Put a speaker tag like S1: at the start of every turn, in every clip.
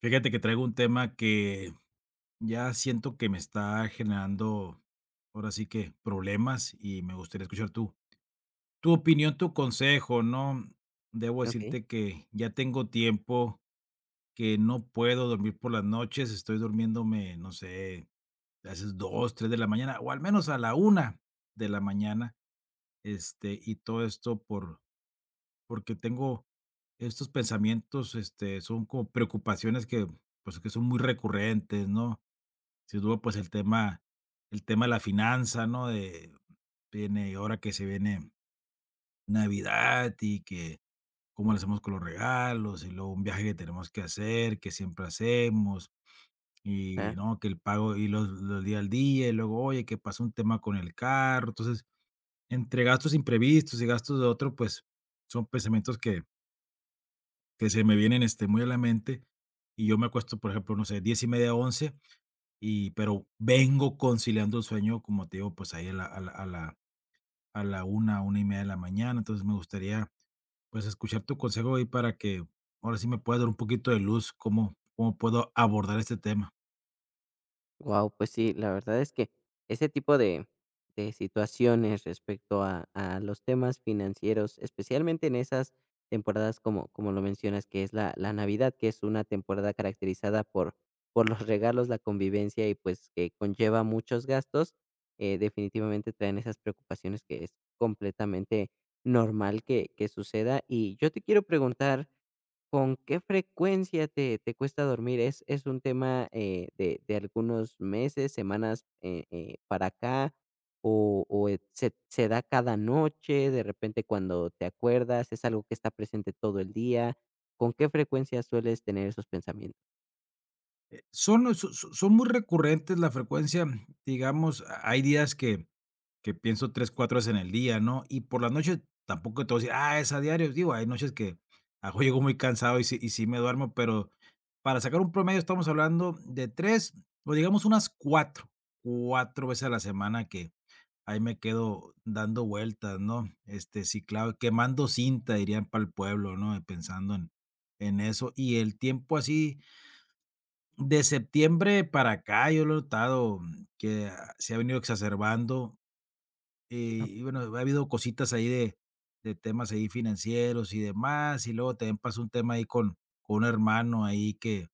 S1: Fíjate que traigo un tema que ya siento que me está generando, ahora sí que problemas, y me gustaría escuchar tu opinión, tu consejo, ¿no? Debo
S2: Okey,
S1: decirte que ya tengo tiempo que no puedo dormir por las noches. Estoy durmiéndome, no sé, a veces dos, tres de la mañana, o al menos a la una de la mañana, y todo esto porque tengo estos pensamientos, son como preocupaciones que, pues, que son muy recurrentes, ¿no? Sin duda, pues, el tema de la finanza, ¿no? De viene ahora que se viene Navidad, y que cómo le hacemos con los regalos, y luego un viaje que tenemos que hacer, que siempre hacemos, y
S2: claro.
S1: no, que el pago y los día al día, y luego, oye, que pasó un tema con el carro. Entonces, entre gastos imprevistos y gastos de otro, pues, son pensamientos que se me vienen, muy a la mente. Y yo me acuesto, por ejemplo, no sé, 10 y media, once. Y pero vengo conciliando el sueño, como te digo, pues, ahí a la una y media de la mañana. Entonces, me gustaría, pues, escuchar tu consejo ahí para que, ahora sí, me puedas dar un poquito de luz, cómo puedo abordar este tema.
S2: Guau, pues sí, la verdad es que ese tipo de situaciones respecto a los temas financieros, especialmente en esas temporadas como lo mencionas, que es la Navidad, que es una temporada caracterizada por los regalos, la convivencia y, pues, que conlleva muchos gastos, definitivamente traen esas preocupaciones que es completamente normal que suceda. Y yo te quiero preguntar, ¿con qué frecuencia te cuesta dormir? ¿Es un tema, de algunos meses, semanas, para acá? O et se se da cada noche, de repente cuando te acuerdas, es algo que está presente todo el día? ¿Con qué frecuencia sueles tener esos pensamientos?
S1: Son son muy recurrentes la frecuencia, digamos. Hay días que pienso 3 4 veces en el día, ¿no? Y por las noches tampoco te voy a decir, ah, es a diario. Digo, hay noches que a llego muy cansado y sí me duermo, pero para sacar un promedio estamos hablando de 3 o digamos unas cuatro veces a la semana que ahí me quedo dando vueltas, ¿no? Este, sí, claro, quemando cinta, dirían para el pueblo, ¿no? Pensando en eso. Y el tiempo así de septiembre para acá, yo lo he notado que ah, se ha venido exacerbando, eh, y bueno, ha habido cositas ahí de temas ahí financieros y demás, y luego también pasó un tema ahí con un hermano ahí que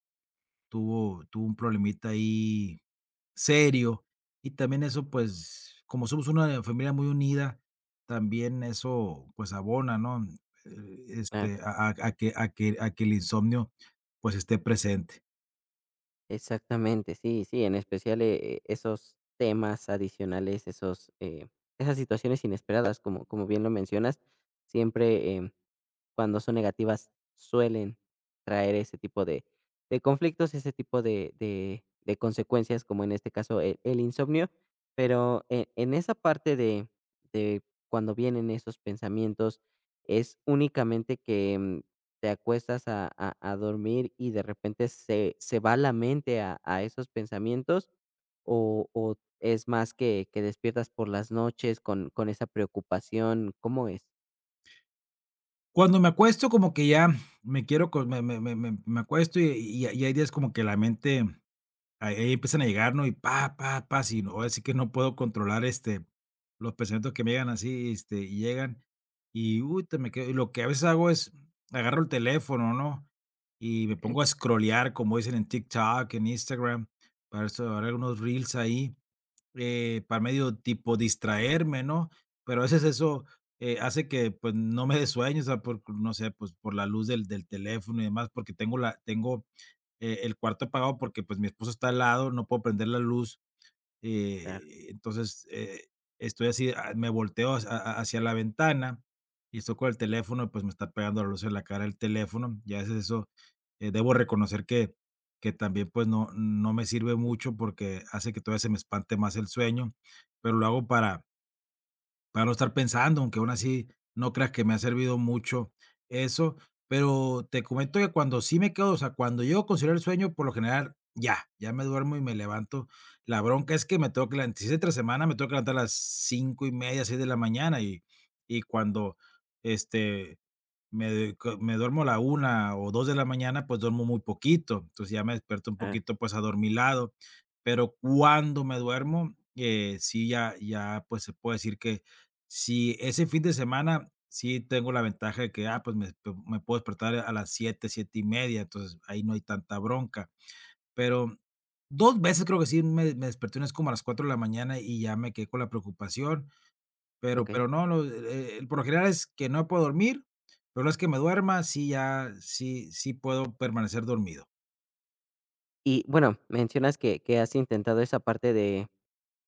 S1: tuvo un problemita ahí serio. Y también eso, pues, como somos una familia muy unida, también eso, pues, abona, ¿no?
S2: Ah,
S1: Este, a que a que a que el insomnio, pues, esté presente.
S2: exactamente, sí, sí, en especial esos temas adicionales, esos, esas situaciones inesperadas, como, como bien lo mencionas, siempre cuando son negativas suelen traer ese tipo de conflictos, ese tipo de consecuencias, como en este caso el insomnio, pero esa parte de cuando vienen esos pensamientos, es únicamente que te acuestas a dormir y de repente se va la mente a esos pensamientos, o es más que despiertas por las noches con esa preocupación, ¿cómo es?
S1: Cuando me acuesto, como que ya me quiero co me me me me me acuesto, y hay días como que la mente, ahí ahí empiezan a llegar, ¿no? Y pa, pa, pa, si no, ahora sí que no puedo controlar, los pensamientos que me llegan así, y llegan, y uy, te me quedo. Y lo que a veces hago es agarro el teléfono, ¿no? Y me
S2: Okey,
S1: pongo a scrollear, como dicen, en TikTok, en Instagram, para eso, ahora unos reels ahí, para medio tipo distraerme, ¿no? Pero a veces eso, hace que, pues, no me dé sueño, o sea, por no sé, pues, por la luz del teléfono y demás, porque tengo la tengo el cuarto apagado porque, pues, mi esposa está al lado, no puedo prender la luz.
S2: claro,
S1: Entonces, estoy así, ah, me volteo hacia ha ha hacia la ventana y estoy con el teléfono, pues, me está pegando la luz en la cara el teléfono, ya es eso. Debo reconocer que también, pues, no no me sirve mucho porque hace que todavía se me espante más el sueño, pero lo hago para no estar pensando. Aunque aún así, no creas que me ha servido mucho eso. Pero te comento que cuando sí me quedo, o sea, cuando llego a conciliar el sueño, por lo general, ya, ya me duermo y me levanto. La bronca es que me tengo que levantar, si es entre semana, me tengo que levantar a las cinco y media 6 de la mañana. Y y cuando, este, me de co me duermo a la una o 2 de la mañana, pues duermo muy poquito. Entonces, ya me despierto un
S2: claro,
S1: poquito, pues, adormilado. Pero cuando me duermo, sí, ya ya, pues, se puede decir que si ese fin de semana sí tengo la ventaja de que, ah, pues, me puedo despertar a las 7 7 y media, entonces, ahí no hay tanta bronca. Pero 2 veces creo que sí me desperté, una vez como a las 4 de la mañana, y ya me quedé con la preocupación. pero
S2: okey.
S1: pero no, no, por lo general es que no puedo dormir, pero no es que me duerma, sí ya sí sí puedo permanecer dormido.
S2: Y bueno, mencionas que has intentado esa parte de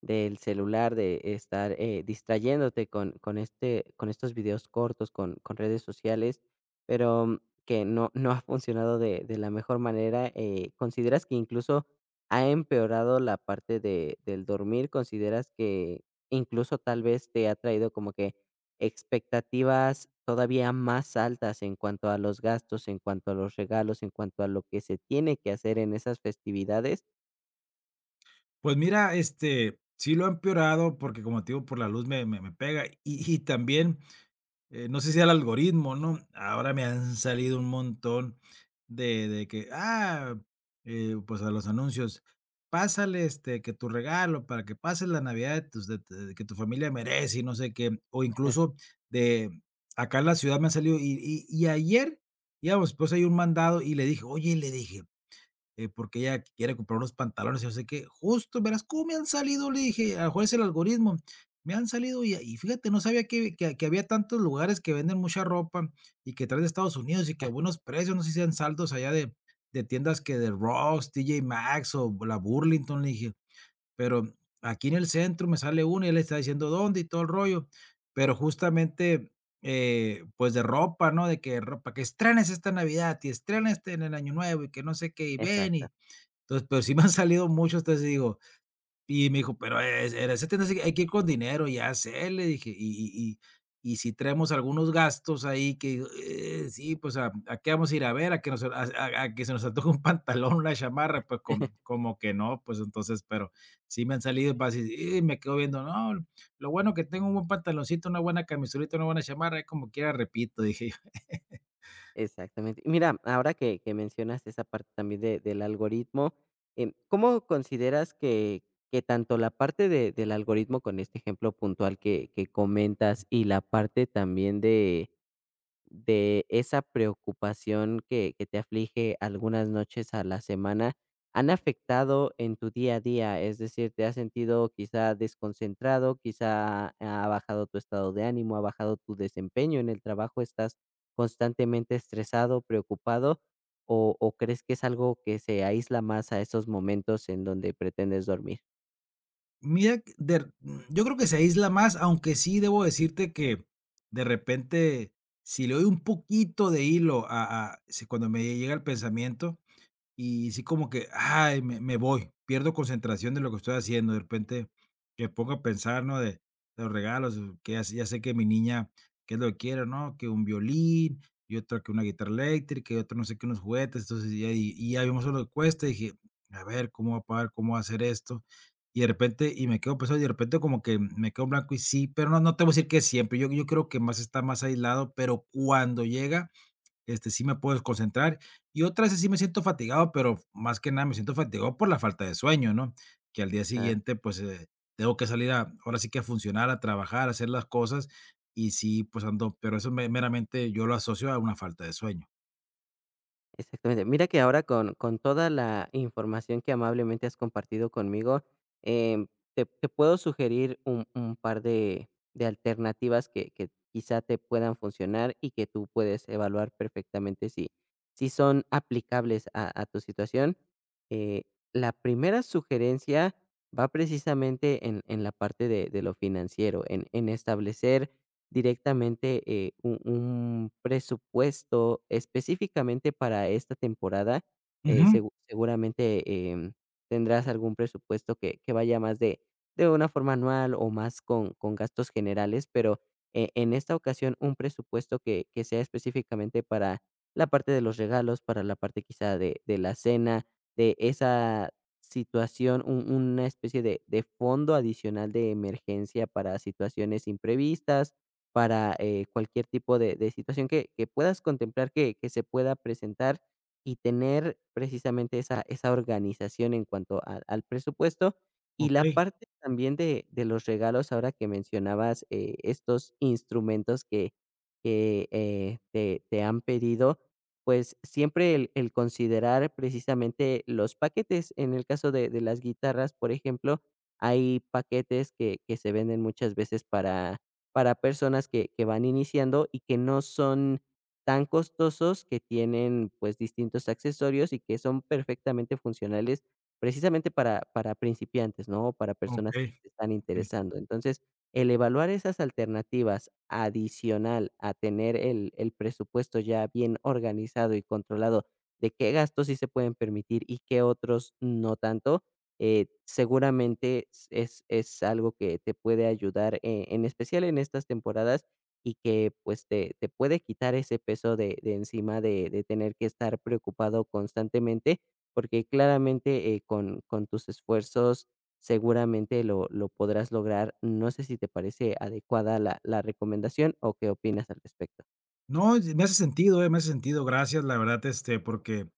S2: del celular, de estar, distrayéndote con con estos videos cortos, con redes sociales, pero que no ha funcionado de la mejor manera. ¿Consideras que incluso ha empeorado la parte de del dormir? ¿Consideras que incluso tal vez te ha traído como que expectativas todavía más altas en cuanto a los gastos, en cuanto a los regalos, en cuanto a lo que se tiene que hacer en esas festividades?
S1: Pues mira, sí lo ha empeorado porque, como te digo, por la luz me pega. Y y también, no sé si sea el algoritmo, ¿no? Ahora me han salido un montón de que, ah, pues, a los anuncios, pásale, que tu regalo, para que pases la Navidad, de tus de que tu familia merece y no sé qué. O incluso de acá en la ciudad me han salido. Y ayer, íbamos mi esposa y un mandado, y le dije, oye, le dije, porque ella quiere comprar unos pantalones. Y yo sé que justo, verás cómo me han salido, le dije, a lo mejor es el algoritmo. Me han salido y fíjate, no sabía que había tantos lugares que venden mucha ropa y que traen de Estados Unidos y que a buenos precios, no sé si sean saldos allá de tiendas que de Ross, TJ Maxx o la Burlington, le dije. Pero aquí en el centro me sale una y él está diciendo dónde y todo el rollo. Pero justamente, pues de ropa, ¿no? De que ropa, que estrenes esta Navidad y estrenes este en el Año Nuevo y que no sé qué, y ven
S2: Exacto.
S1: y entonces, pero sí me han salido muchos. Entonces digo, y me dijo: "Pero es en esa tienda sí hay que ir con dinero". "Ya sé", le dije, y y y sí traemos algunos gastos ahí que sí, pues, a qué vamos a ir a ver? ¿A que nos a que se nos antoje un pantalón, una chamarra? Pues, como que no, pues, entonces, pero sí me han salido para decir, y me quedo viendo, no, lo bueno que tengo un buen pantaloncito, una buena camisolita, una buena chamarra, ahí como quiera repito", dije yo.
S2: Exactamente. Y mira, ahora que mencionas esa parte también de- del algoritmo, ¿cómo consideras que tanto la parte de- del algoritmo con este ejemplo puntual que comentas, y la parte también de esa preocupación que te aflige algunas noches a la semana han afectado en tu día a día? Es decir, ¿te has sentido quizá desconcentrado? ¿Quizá ha bajado tu estado de ánimo, ha bajado tu desempeño en el trabajo, estás constantemente estresado, preocupado, o crees que es algo que se aísla más a esos momentos en donde pretendes dormir?
S1: Mira, que der yo creo que se aísla más. Aunque sí debo decirte que de repente, si le doy un poquito de hilo a si cuando me llega el pensamiento, y sí como que, ay, me voy, pierdo concentración de lo que estoy haciendo. De repente que pongo a pensar, ¿no? De los regalos, que ya sé que mi niña qué es lo que quiere, ¿no? Que un violín, y otra que una guitarra eléctrica, y otro no sé qué, unos juguetes, entonces, ya ya vimos lo que cuesta, y dije: "A ver, ¿cómo va a pagar? ¿Cómo va a hacer esto?". Y de repente, y me quedo pensando, y de repente como que me quedo en blanco y sí. Pero no, no te voy a decir que siempre, yo creo que más está más aislado, pero cuando llega, sí me puedo concentrar. Y otras sí me siento fatigado, pero más que nada me siento fatigado por la falta de sueño, ¿no? Que al día siguiente, pues, tengo que salir a, ahora sí que a funcionar, a trabajar, a hacer las cosas. Y sí, pues ando, pero eso meramente yo lo asocio a una falta de sueño.
S2: Exactamente. Mira que ahora con toda la información que amablemente has compartido conmigo, em, te, te puedo sugerir un par de alternativas que quizá te puedan funcionar y que tú puedes evaluar perfectamente si, si son aplicables a tu situación. Eh, la primera sugerencia va precisamente en la parte de lo financiero, en establecer directamente un presupuesto específicamente para esta temporada.
S1: Ujú.
S2: Segu- seguramente tendrás algún presupuesto que vaya más de una forma anual o más con gastos generales, pero en esta ocasión un presupuesto que sea específicamente para la parte de los regalos, para la parte quizá de la cena, de esa situación, un- una especie de fondo adicional de emergencia para situaciones imprevistas, para, cualquier tipo de situación que puedas contemplar que se pueda presentar, y tener precisamente esa organización en cuanto a al presupuesto. Y la
S1: Ok,
S2: parte también de los regalos, ahora que mencionabas, estos instrumentos que te han pedido, pues, siempre el considerar precisamente los paquetes. En el caso de las guitarras, por ejemplo, hay paquetes que se venden muchas veces para personas que van iniciando y que no son tan costosos, que tienen pues distintos accesorios y que son perfectamente funcionales precisamente para principiantes, ¿no? O para
S1: ok,
S2: personas que se están
S1: ok.
S2: interesando. Entonces, el evaluar esas alternativas adicional a tener el presupuesto ya bien organizado y controlado de qué gastos sí se pueden permitir y qué otros no tanto, seguramente es algo que te puede ayudar, en especial en estas temporadas, y que, pues, te puede quitar ese peso de encima de tener que estar preocupado constantemente, porque claramente, con tus esfuerzos seguramente lo podrás lograr. No sé si te parece adecuada la recomendación o qué opinas al respecto.
S1: No, y me hace sentido, me hace sentido. Gracias, la verdad, porque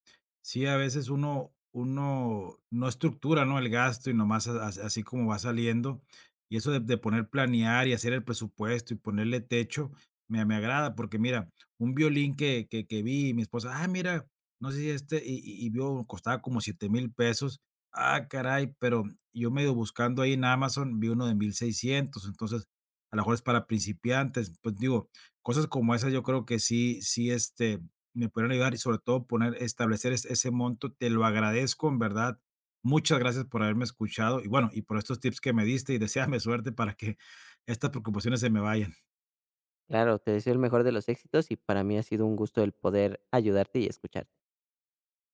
S1: sí, a veces uno no estructura, ¿no?, el gasto y nomás a as así como va saliendo. Y eso de poner planear y hacer el presupuesto y ponerle techo, me agrada, porque mira, un violín que vi, y mi esposa: "Ah, mira, no sé si este", y vio, costaba como 7,000 pesos. Ah, caray, pero yo medio buscando ahí en Amazon, vi uno de 1,600. Entonces, a lo mejor es para principiantes. Pues, digo, cosas como esas yo creo que sí sí, me pudieron ayudar, y sobre todo poner establecer es ese monto. Te lo agradezco, en verdad. Muchas gracias por haberme escuchado, y bueno, y por estos tips que me diste, y deséame suerte para que estas preocupaciones se me vayan.
S2: Claro, te deseo el mejor de los éxitos y para mí ha sido un gusto el poder ayudarte y escucharte.